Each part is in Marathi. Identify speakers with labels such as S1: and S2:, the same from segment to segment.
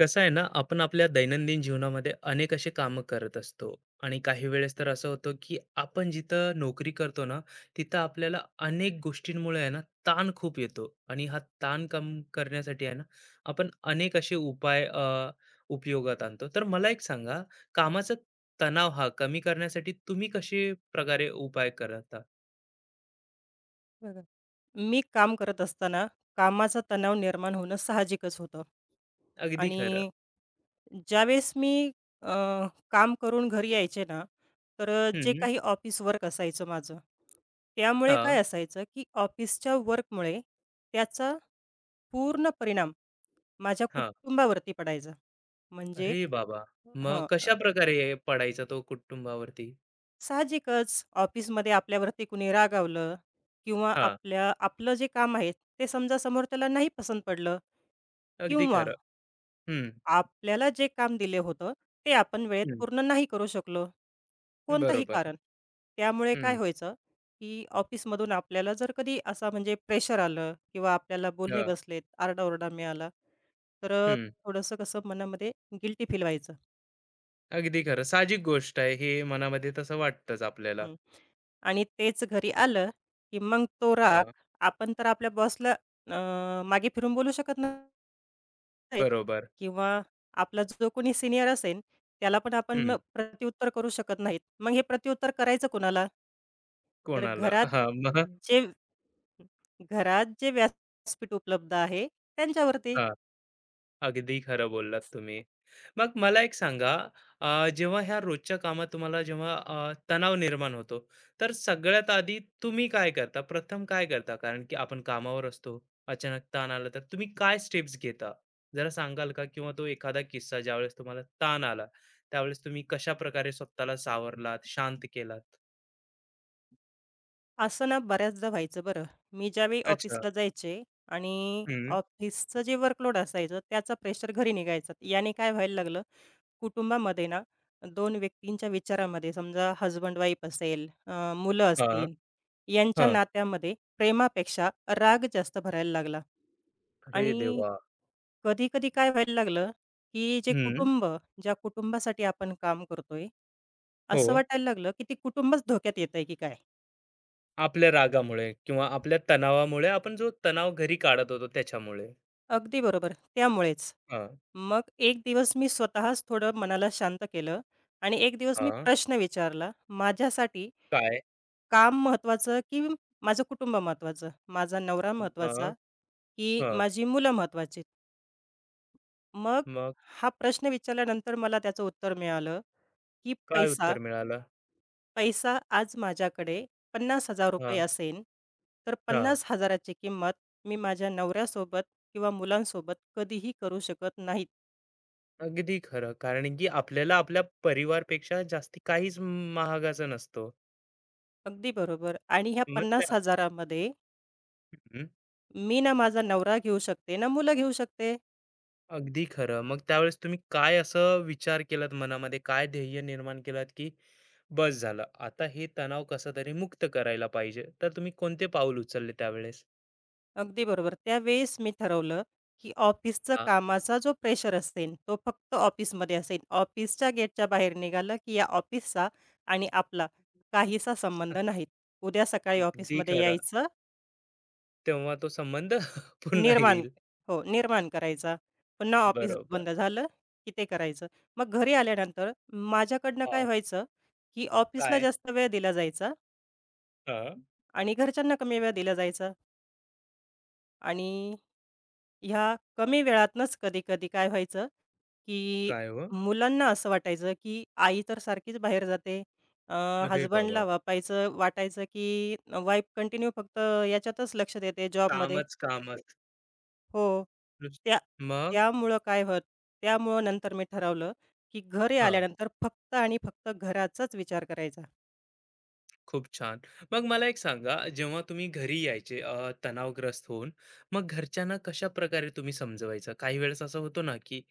S1: कसं आहे ना, आपण आपल्या दैनंदिन जीवनामध्ये अनेक असे कामं करत असतो आणि काही वेळेस तर असं होतं, की आपण जिथं नोकरी करतो ना, तिथं आपल्याला अनेक गोष्टींमुळे आहे ना, ताण खूप येतो आणि हा ताण कम करण्यासाठी आहे ना, आपण अनेक असे उपाय उपयोगात आणतो. तर मला एक सांगा, कामाचा तणाव हा कमी करण्यासाठी तुम्ही कसे प्रकारे उपाय करता?
S2: बघा. मी काम करत असताना कामाचा तणाव निर्माण होणं साहजिकच होतं.
S1: अगदी खरं.
S2: आणि ज्यावेळेस मी अ, काम करून घरी यायचे ना, तर जे
S1: हं,
S2: काही ऑफिस वर्क असायचं माझं, त्यामुळे
S1: हां,
S2: काय असायचं, की ऑफिसच्या वर्कमुळे त्याचा पूर्ण परिणाम माझ्या
S1: हां.
S2: कुटुंबावरती पडायचा. म्हणजे
S1: अरे बाबा! मग
S2: हं,
S1: कशाप्रकारे पडायचा तो कुटुंबावरती?
S2: साहजिकच ऑफिसमध्ये आपल्यावरती कुणी रागावलं किंवा आपल्या आपलं जे काम आहे, ते समजा समोरच्याला नाही पसंत पडलं,
S1: अगदी
S2: किंवा
S1: खरं. हं,
S2: आपल्याला जे काम दिले होतं, ते आपण वेळेत
S1: हं.
S2: पूर्ण नाही करू शकलो, कोणतंही
S1: बरोबर.
S2: कारण. त्यामुळे काय
S1: हं,
S2: व्हायचं, की ऑफिसमधून आपल्याला जर कधी असा म्हणजे प्रेशर आलं किंवा आपल्याला बोलणे
S1: हं,
S2: बसलेत, आरडाओरडा मिळाला, तर
S1: हं.
S2: थोडंसं कसं मनामध्ये गिल्टी फील व्हायचं.
S1: अगदी खरं. साहजिक गोष्ट आहे. हे मनामध्ये तसं वाटतंच आपल्याला.
S2: हं. आणि तेच घरी आलं, की मग तो राग
S1: हां,
S2: आपण तर आपल्या बॉसला मागे फिरून बोलू शकत नाहीत
S1: बरोबर.
S2: किंवा आपला जो कोणी सीनियर असेल, त्याला पण आपण
S1: हं.
S2: मग प्रत्युत्तर करू शकत नाहीत. मग हे प्रत्युत्तर करायचं कोणाला? तर
S1: कोणाला
S2: घरात
S1: हां, मग
S2: जे व्यासपीठ उपलब्ध आहे, त्यांच्यावरती.
S1: हां, अगदी खरं बोललात तुम्ही. मग मला एक सांगा, जेव्हा ह्या रोजच्या कामात तुम्हाला जेव्हा तणाव निर्माण होतो, तर सगळ्यात आधी तुम्ही काय करता? प्रथम काय करता? कारण की आपण कामावर असतो, अचानक ताण आला तर तुम्ही काय स्टेप्स घेता? जरा सांगाल का? किंवा तो एखादा किस्सा ज्यावेळेस तुम्हाला ताण आला, त्यावेळेस तुम्ही कशाप्रकारे स्वतःला सावरलात, शांत केलात?
S2: असं ना बऱ्याचदा व्हायचं बरं. मी ज्यावेळी
S1: अच्छा.
S2: ऑफिसला जायचे आणि
S1: हं.
S2: ऑफिसचं जे वर्कलोड असायचं, त्याचा प्रेशर घरी निघायचा. याने काय व्हायला लागलं, कुटुंबामध्ये ना 2 व्यक्तींच्या विचारामध्ये समजा हसबंड-वाईफ असेल, मुलं
S1: हां,
S2: असतील, यांच्या
S1: हां.
S2: नात्यामध्ये प्रेमापेक्षा राग जास्त भरायला लागला.
S1: अरे
S2: आणि
S1: देवा!
S2: कधी-कधी काय व्हायला लागलं, की
S1: हं.
S2: ज्या कुटुंबासाठी आपण काम करतोय,
S1: हो.
S2: असं वाटायला लागलं, की ते कुटुंबच धोक्यात येतंय की काय?
S1: आपल्या रागामुळे किंवा आपल्या तणावामुळे आपण जो तणाव घरी काढत होतो त्याच्यामुळे.
S2: अगदी बरोबर. त्यामुळेच.
S1: हां,
S2: मग एक दिवस मी स्वतःच थोडं मनाला शांत केलं आणि एक दिवस मी
S1: हां.
S2: प्रश्न विचारला, माझ्यासाठी
S1: काय?
S2: काम महत्त्वाचं, की माझं कुटुंब महत्त्वाचं? माझा नवरा महत्त्वाचा,
S1: मग
S2: की
S1: हं.
S2: माझी मुलं महत्त्वाची? मग
S1: मग
S2: हा प्रश्न विचारल्यानंतर मला त्याचं उत्तर मिळालं, की
S1: काय
S2: पैसा.
S1: उत्तर मिळालं?
S2: पैसा आज माझ्याकडे ₹50,000
S1: हां,
S2: असेन, तर
S1: हां.
S2: 50,000ची किंमत मी माझ्या नवऱ्यासोबत किंवा मुलांसोबत कधीही करू शकत नाहीत.
S1: अगदी खरं. कारण की आपल्याला आपल्या परिवारपेक्षा जास्ती काहीच महागाचा नसतो.
S2: अगदी बरोबर. आणि ह्या
S1: मग त्या
S2: 50,000मध्ये
S1: हं,
S2: मी ना माझा नवरा घेऊ शकते, ना मुलं घेऊ शकते.
S1: अगदी खरं. मग त्यावेळेस तुम्ही काय असं विचार केलात मनामध्ये? काय ध्येय निर्माण केलात, की बस झालं, आता हे तणाव कसातरी मुक्त करायला पाहिजे. तर तुम्ही कोणते पाऊल उचलले त्यावेळेस?
S2: अगदी बरोबर. त्यावेळेस मी ठरवलं, की ऑफिसचा
S1: हां.
S2: कामाचा जो प्रेशर असेल, तो फक्त ऑफिसमध्ये असेल. ऑफिसच्या गेटच्या बाहेर निघालं, की या ऑफिसचा आणि आपला काहीसा
S1: स-
S2: संबंध नाहीत. उद्या सकाळी
S1: अगदी
S2: ऑफिसमध्ये
S1: खरं.
S2: यायचं,
S1: तेव्हा तो संबंध पुन्हा
S2: निर्माण
S1: येईल.
S2: हो, निर्माण करायचा. पुन्हा ऑफिस
S1: बरोबर.
S2: बंद झालं, की ते करायचं. मग घरी आल्यानंतर माझ्याकडनं काय
S1: हां.
S2: व्हायचं, की ऑफिसला
S1: काय?
S2: जास्त वेळ दिला जायचा
S1: हां.
S2: आणि घरच्यांना कमी वेळ दिला जायचा. आणि ह्या कमी वेळातनंच कधी-कधी काय व्हायचं, की
S1: काय हो?
S2: मुलांना असं वाटायचं, की आई तर सारखीच बाहेर जाते. अ,
S1: अरे बाबा!
S2: वापायचं वाटायचं, की वाईफ कंटिन्यू फक्त याच्यातच लक्ष देते जॉबमध्ये.
S1: कामच, कामच.
S2: हो.
S1: नुस-
S2: त्या
S1: मग?
S2: त्यामुळं काय होत नंतर मी ठरवलं, की घरी
S1: हां.
S2: आल्यानंतर फक्त आणि फक्त घराचाच विचार करायचा.
S1: खूप छान. मग मला एक सांगा, जेव्हा तुम्ही घरी यायचे तणावग्रस्त होऊन, मग घरच्यांना कशा प्रकारे तुम्ही समजवायचं? काही वेळेस असं होतो ना, की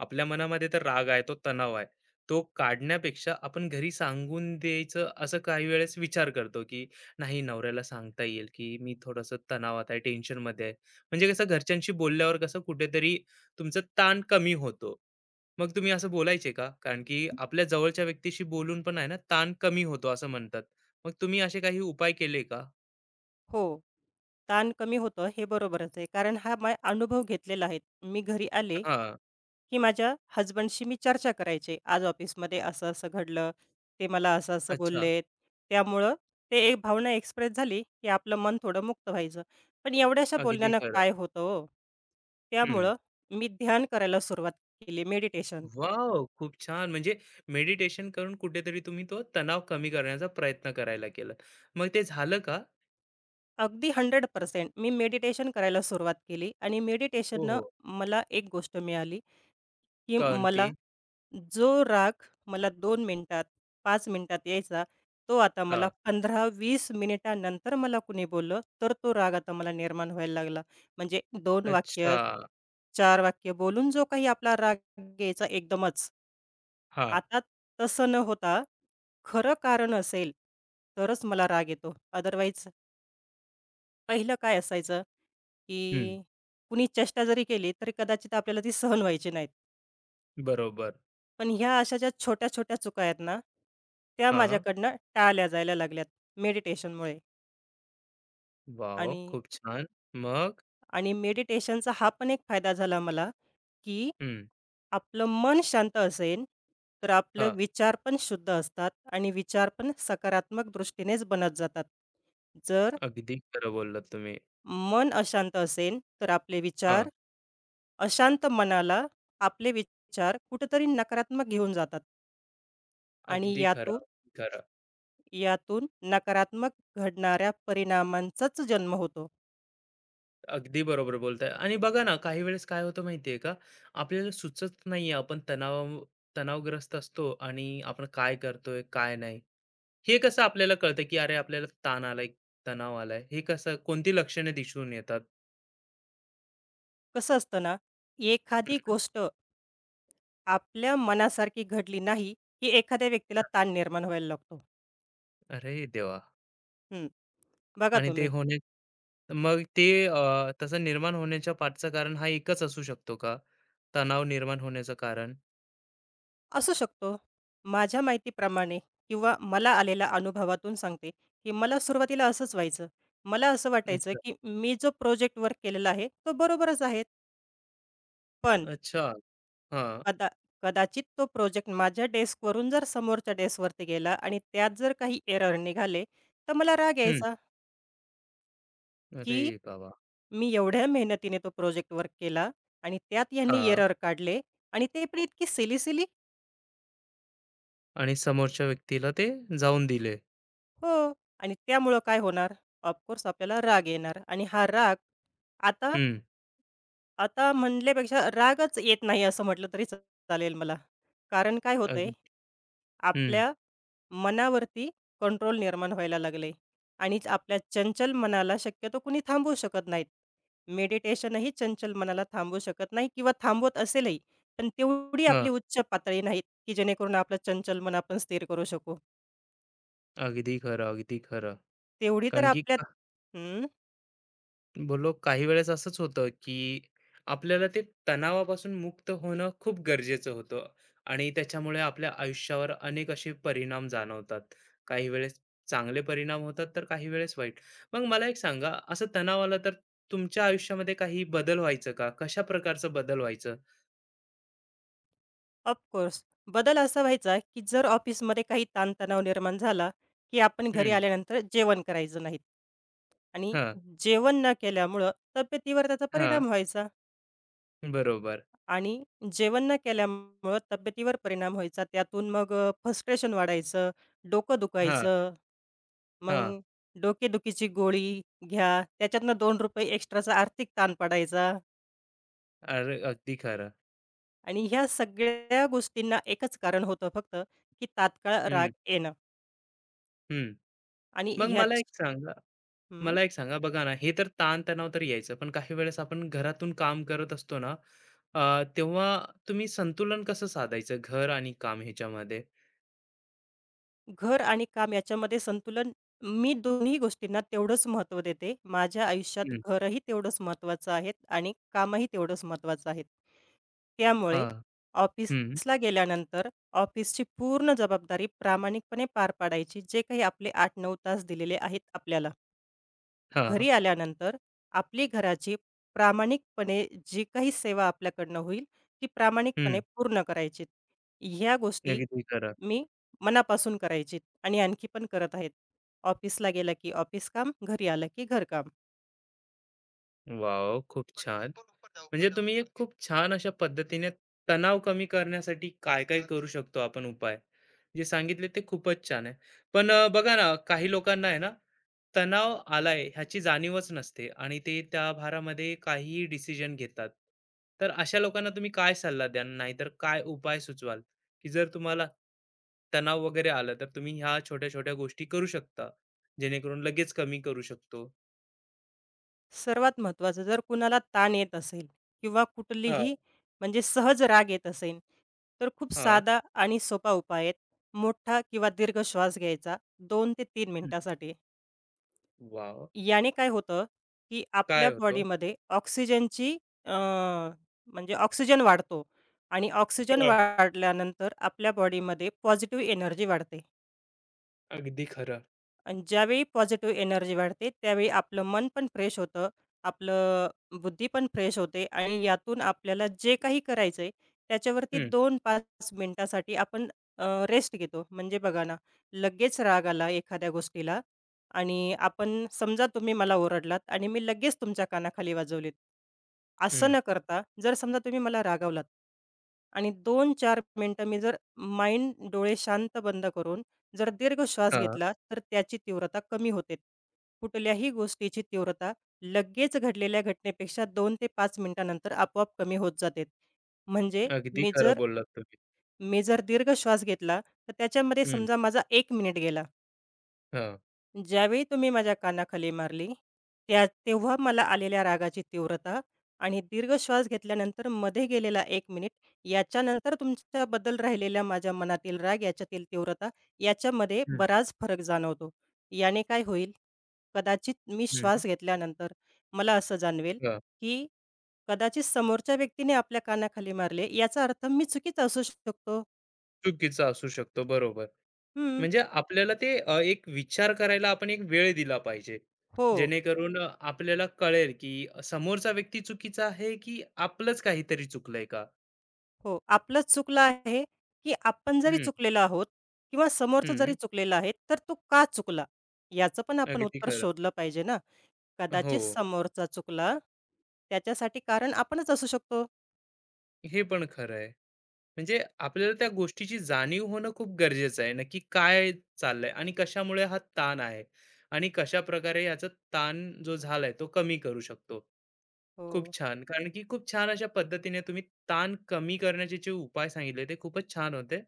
S1: आपल्या मनामध्ये तर राग आहे, तो तणाव आहे. तो काढण्यापेक्षा आपण घरी सांगून द्यायचं, असं काही वेळेस विचार करतो, की नाही नवऱ्याला सांगता येईल, की मी थोडंसं तणावात आहे, टेन्शनमध्ये आहे. म्हणजे कसं घरच्यांशी बोलल्यावर कसं कुठेतरी तुमचा ताण कमी होतो. मग तुम्ही असं बोलायचे का? कारण की आपल्या जवळच्या व्यक्तीशी बोलून पण आहे ना, ताण कमी होतो असं म्हणतात. मग तुम्ही असे काही उपाय केले का?
S2: हो. ताण कमी होतं हे बरोबरच आहे. कारण हा मी अनुभव घेतलेला आहे. मी घरी आले
S1: हां.
S2: की माझ्या हसबंडशी मी चर्चा करायचे, आज ऑफिसमध्ये असं-असं घडलं, ते मला असं-असं
S1: अच्छा.
S2: बोललेत. त्यामुळं ते एक भावना एक्सप्रेस झाली, की आपलं मन थोडं मुक्त व्हायचं. पण एवढ्याशा
S1: अगदी
S2: बोलण्यानं
S1: खरं.
S2: काय होतं हो?
S1: हं.
S2: त्यामुळं मी ध्यान करायला सुरुवात केली, मेडिटेशन.
S1: वॉव! खूप छान. म्हणजे मेडिटेशन करून कुठेतरी तुम्ही तो तणाव कमी करण्याचा प्रयत्न करायला केलात. मग ते झालं का?
S2: अगदी 100% मी मेडिटेशन करायला सुरुवात केली आणि
S1: हो,
S2: मेडिटेशननं
S1: हो.
S2: मला एक गोष्ट मिळाली, की
S1: कोणती?
S2: जो राग मला 2 मिनिटात, 5 मिनिटात यायचा, तो आता मला
S1: हां.
S2: 15-20 मिनिटानंतर मला कुणी बोललं, तर तो राग आता मला निर्माण व्हायला लागला. म्हणजे 2 वाक्य,
S1: अच्छा.
S2: 4 वाक्य बोलून जो काही आपला राग यायचा एकदमच.
S1: हां.
S2: आता तसं न होता खरं कारण असेल, तरच मला राग येतो. अदरवाईज पहिलं काय असायचं,
S1: हं.
S2: की कुणी चेष्टा जरी केली, तरी कदाचित आपल्याला ती सहन व्हायची नाही.
S1: बरोबर.
S2: पण ह्या अशा ज्या छोट्या-छोट्या चुका आहेत ना, त्या
S1: हां.
S2: माझ्याकडनं टाळल्या जायला लागल्यात मेडिटेशनमुळे.
S1: वॉव!
S2: आणि
S1: खूप छान. मग?
S2: आणि मेडिटेशनचा हा पण एक फायदा झाला मला, की
S1: हं.
S2: आपलं मन शांत असेल, तर आपलं
S1: हां.
S2: विचार पण शुद्ध असतात आणि विचार पण सकारात्मक दृष्टीनेच बनत जातात. जर
S1: अगदी खरं बोललात तुम्ही.
S2: मन अशांत असेल, तर आपले
S1: हां.
S2: विचार अशांत मनाला आपले विचार कुठेतरी नकारात्मक घेऊन जातात आणि
S1: अगदी खरं,
S2: यातून
S1: अगदी खरं.
S2: यातून नकारात्मक घडणाऱ्या परिणामांचाच जन्म होतो.
S1: अगदी बरोबर बोलताय आणि बघा ना काही वेळेस काय होतं माहितीये का आपल्याला सुचत नाहीये आपण तणाव तणावग्रस्त असतो आणि आपण काय करतोय काय नाही हे कसं आपल्याला कळतं की अरे आपल्याला ताण आलाय तणाव आलाय हे कसं कोणती लक्षणे दिसून येतात.
S2: कसं असतं ना, एखादी
S1: हम्म.
S2: गोष्ट आपल्या मनासारखी घडली नाही, की एखाद्या व्यक्तीला ताण निर्माण व्हायला लागतो.
S1: अरे देवा.
S2: हं. बघा
S1: आणि ते
S2: तुम्ही,
S1: होणे मग ते तसं निर्माण होण्याच्या पाठचं कारण हा एकच असू शकतो का तणाव निर्माण होण्याचं कारण.
S2: असू शकतो. माझ्या माहितीप्रमाणे किंवा मला आलेल्या अनुभवातून सांगते, की मला सुरुवातीला असंच व्हायचं. मला असं वाटायचं,
S1: अच्छा.
S2: की मी जो प्रोजेक्ट वर्क केलेला आहे, तो बरोबरच आहे. पण
S1: अच्छा. हा.
S2: कदा कदाचित तो प्रोजेक्ट माझ्या डेस्कवरून जर समोरच्या डेस्कवरती गेला आणि त्यात जर काही एरर निघाले, तर मला राग
S1: हम्म.
S2: यायचा,
S1: अरे
S2: की
S1: बाबा.
S2: मी एवढ्या मेहनतीने तो प्रोजेक्ट वर्क केला आणि त्यात
S1: हा.
S2: यांनी एरर काढले आणि ते पण इतकी सिली सिली.
S1: आणि समोरच्या व्यक्तीला ते जाऊन दिले.
S2: हो. आणि त्यामुळं काय होणार? ऑफकोर्स आपल्याला राग येणार आणि हा राग आता
S1: हं.
S2: आता म्हणल्यापेक्षा रागच येत नाही असं म्हटलं तरी चालेल मला. कारण काय होतंय,
S1: अगदी हं.
S2: आपल्या मनावरती कंट्रोल निर्माण व्हायला लागलंय आणि आपल्या चंचल मनाला शक्यतो कुणी थांबवू शकत नाहीत. मेडिटेशनही चंचल मनाला थांबवू शकत नाही किंवा थांबवत असेलही, पण तेवढी
S1: हां.
S2: आपली उच्च पातळी नाहीत, की जेणेकरून आपलं चंचल मन आपण स्थिर करू शकू.
S1: अगदी खरं, अगदी खरं.
S2: तेवढी तर
S1: कारण की
S2: आपल्यात
S1: का बोललो काही वेळेस असंच होतं, की आपल्याला ते तणावापासून मुक्त होणं खूप गरजेचं होतं आणि त्याच्यामुळे आपल्या आयुष्यावर अनेक असे परिणाम जाणवतात. काही वेळेस चांगले परिणाम होतात, तर काही वेळेस वाईट. मग मला एक सांगा, असं तणाव आला तर तुमच्या आयुष्यामध्ये काही बदल व्हायचं का? कशा प्रकारचा बदल व्हायचं?
S2: ऑफकोर्स. बदल असा व्हायचा, की जर ऑफिसमध्ये काही ताणतणाव निर्माण झाला, की आपण घरी
S1: हं.
S2: आल्यानंतर जेवण करायचं नाहीत. आणि
S1: हां,
S2: जेवण न केल्यामुळं तब्येतीवर त्याचा
S1: हां.
S2: परिणाम व्हायचा
S1: बरोबर.
S2: आणि जेवण न केल्यामुळं तब्येतीवर परिणाम व्हायचा. त्यातून मग फ्रस्ट्रेशन वाढायचं, डोकं
S1: हां,
S2: दुखायचं,
S1: हां.
S2: मग डोकेदुखीची गोळी घ्या, त्याच्यातनं ₹2 एक्स्ट्राचा आर्थिक ताण पडायचा
S1: अरे, अगदी खरं.
S2: आणि ह्या सगळ्या गोष्टींना एकच कारण होतं फक्त, की तात्काळ राग
S1: हं,
S2: येणं
S1: हं.
S2: आणि
S1: मग मला
S2: ह्याच.
S1: एक सांगा
S2: हं.
S1: मला एक सांगा बघा ना, हे तर ताण-तणाव तर यायचं, पण काही वेळेस आपण घरातून काम करत असतो ना, तेव्हा तुम्ही संतुलन कसं साधायचं घर आणि काम ह्याच्यामध्ये?
S2: घर आणि काम याच्यामध्ये संतुलन मी दोन्ही गोष्टींना तेवढंच महत्त्व देते. माझ्या आयुष्यात
S1: हं.
S2: घरही तेवढंच महत्त्वाचं आहे आणि कामही तेवढंच महत्त्वाचं आहे. त्यामुळे
S1: हां. हं.
S2: ऑफिसला गेल्यानंतर ऑफिसची पूर्ण जबाबदारी प्रामाणिकपणे पार पाडायची, जे काही आपले 8-9 तास दिलेले आहेत आपल्याला.
S1: हां.
S2: घरी आल्यानंतर आपली घराची प्रामाणिकपणे जी काही सेवा आपल्याकडनं होईल, ती
S1: हं.
S2: प्रामाणिकपणे पूर्ण करायची. ह्या गोष्टी
S1: अगदी खरं.
S2: मी मनापासून करायची आणि आणखी पण करत आहेत. ऑफिसला गेलं की ऑफिस काम, घरी आलं की घरकाम.
S1: वाव! खूप छान. म्हणजे तुम्ही एक खूप छान अशा पद्धतीने तणाव कमी करण्यासाठी काय-काय करू शकतो आपण उपाय, जे सांगितले ते खूपच छान आहे. पण बघा ना, काही लोकांना आहे ना, तणाव आलाय ह्याची जाणीवच नसते आणि ते त्या भारामध्ये काहीही डिसिजन घेतात. तर अशा लोकांना तुम्ही काय सल्ला द्याल? नाहीतर काय उपाय सुचवाल, की जर तुम्हाला तणाव वगैरे आलं, तर तुम्ही ह्या छोट्या-छोट्या गोष्टी करू शकता, जेणेकरून लगेच कमी करू शकतो?
S2: सर्वात महत्त्वाचं जर कुणाला ताण येत असेल किंवा
S1: हां,
S2: कुठलीही म्हणजे सहज राग येत असेल, तर खूप
S1: हां.
S2: साधा आणि सोपा उपाय आहे. मोठा किंवा दीर्घ श्वास घ्यायचा 2 ते 3 मिनिटासाठी.
S1: वाव,
S2: याने काय होतं, की
S1: काय
S2: आपल्या
S1: होतो?
S2: बॉडीमध्ये ऑक्सिजनची अ, म्हणजे ऑक्सिजन वाढतो आणि ऑक्सिजन
S1: हं,
S2: वाढल्यानंतर आपल्या बॉडीमध्ये पॉझिटिव्ह एनर्जी वाढते.
S1: अगदी खरं.
S2: आणि ज्यावेळी पॉझिटिव्ह एनर्जी वाढते, त्यावेळी आपलं मन पण फ्रेश होतं, आपलं बुद्धी पण फ्रेश होते आणि यातून आपल्याला जे काही करायचं आहे, त्याच्यावरती
S1: हं,
S2: दोन 5 मिनिटासाठी आपण रेस्ट घेतो. म्हणजे बघा ना, लगेच राग आला एखाद्या गोष्टीला आणि आपण समजा तुम्ही मला ओरडलात आणि मी लगेच तुमच्या कानाखाली वाजवलीत. असं
S1: हं.
S2: न करता, जर समजा तुम्ही मला रागावलात आणि 2-4 मिनिटं मी जर माइंड, डोळे शांत बंद करून जर दीर्घ श्वास
S1: हां,
S2: घेतला तर त्याची तीव्रता कमी होते. कुठल्याही गोष्टीची तीव्रता लगेच घडलेल्या घटनेपेक्षा 2 ते 5 मिनिटानंतर आपोआप कमी होत जाते. म्हणजे
S1: अगदी
S2: मी
S1: खरं
S2: जर
S1: बोललात तुम्ही.
S2: मी जर दीर्घ श्वास घेतला, तर त्याच्यामध्ये
S1: हं,
S2: समजा माझा 1 मिनिट गेला.
S1: हां,
S2: ज्यावेळी तुम्ही माझ्या कानाखाली मारली, त्या तेव्हा मला आलेल्या रागाची तीव्रता आणि दीर्घ श्वास घेतल्यानंतर मध्ये गेलेला 1 मिनिट, याच्यानंतर तुमच्याबद्दल राहिलेला माझ्या मनातील राग, याच्यातील तीव्रता याच्यामध्ये
S1: हं,
S2: बराच फरक जाणवतो. याने काय होईल? कदाचित मी
S1: हं.
S2: श्वास घेतल्यानंतर मला असं जाणवेल,
S1: हां,
S2: की कदाचित समोरच्या व्यक्तीने आपल्या कानाखाली मारले, याचा अर्थ मी चुकीचा असू शकतो.
S1: चुकीचा असू शकतो. बरोबर.
S2: हं,
S1: म्हणजे आपल्याला ते एक विचार करायला आपण एक वेळ दिला पाहिजे.
S2: हो.
S1: जेणेकरून आपल्याला कळेल, की समोरचा व्यक्ती चुकीचा आहे, की आपलंच काहीतरी चुकलंय का?
S2: हो, आपलंच चुकलं आहे, की आपण जरी
S1: हं,
S2: चुकलेलो आहोत किंवा समोरचा
S1: हं,
S2: जरी चुकलेला आहे, तर तो का चुकला? याचं पण आपण
S1: अगदी
S2: उत्तर
S1: खरं.
S2: शोधलं पाहिजे ना.
S1: हो,
S2: कदाचित समोरचा चुकला, त्याच्यासाठी कारण आपणच असू शकतो.
S1: हे पण खरं आहे. म्हणजे आपल्याला त्या गोष्टीची जाणीव होणं खूप गरजेचं आहे. नक्की काय चाललंय आणि कशामुळे हा ताण आहे आणि कशा प्रकारे याचा ताण जो झालाय तो कमी करू शकतो. खूप
S2: हो,
S1: छान. कारण की खूप छान अशा पद्धतीने तुम्ही ताण कमी करण्याचे जे उपाय सांगितले ते खूपच छान होते.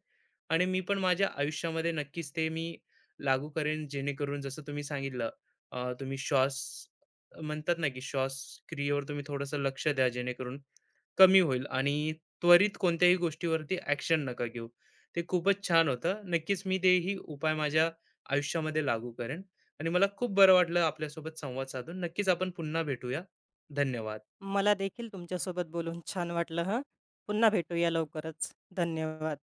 S1: आणि मी पण माझ्या आयुष्यामध्ये नक्कीच ते मी लागू करेन जेणेकरून जसं तुम्ही सांगितलं तुम्ही श्वास म्हणतात ना, की श्वास क्रियेवर तुम्ही थोडंसं लक्ष द्या जेणेकरून कमी होईल आणि त्वरित कोणत्याही गोष्टीवरती ॲक्शन नका घेऊ. ते खूपच छान होतं. नक्कीच मी तेही उपाय माझ्या आयुष्यामध्ये लागू करेन आणि मला खूप बरं वाटलं आपल्यासोबत संवाद साधून. नक्कीच आपण पुन्हा भेटूया. धन्यवाद.
S2: मला देखील तुमच्यासोबत बोलून छान वाटलं हं. पुन्हा भेटूया लवकरच. धन्यवाद.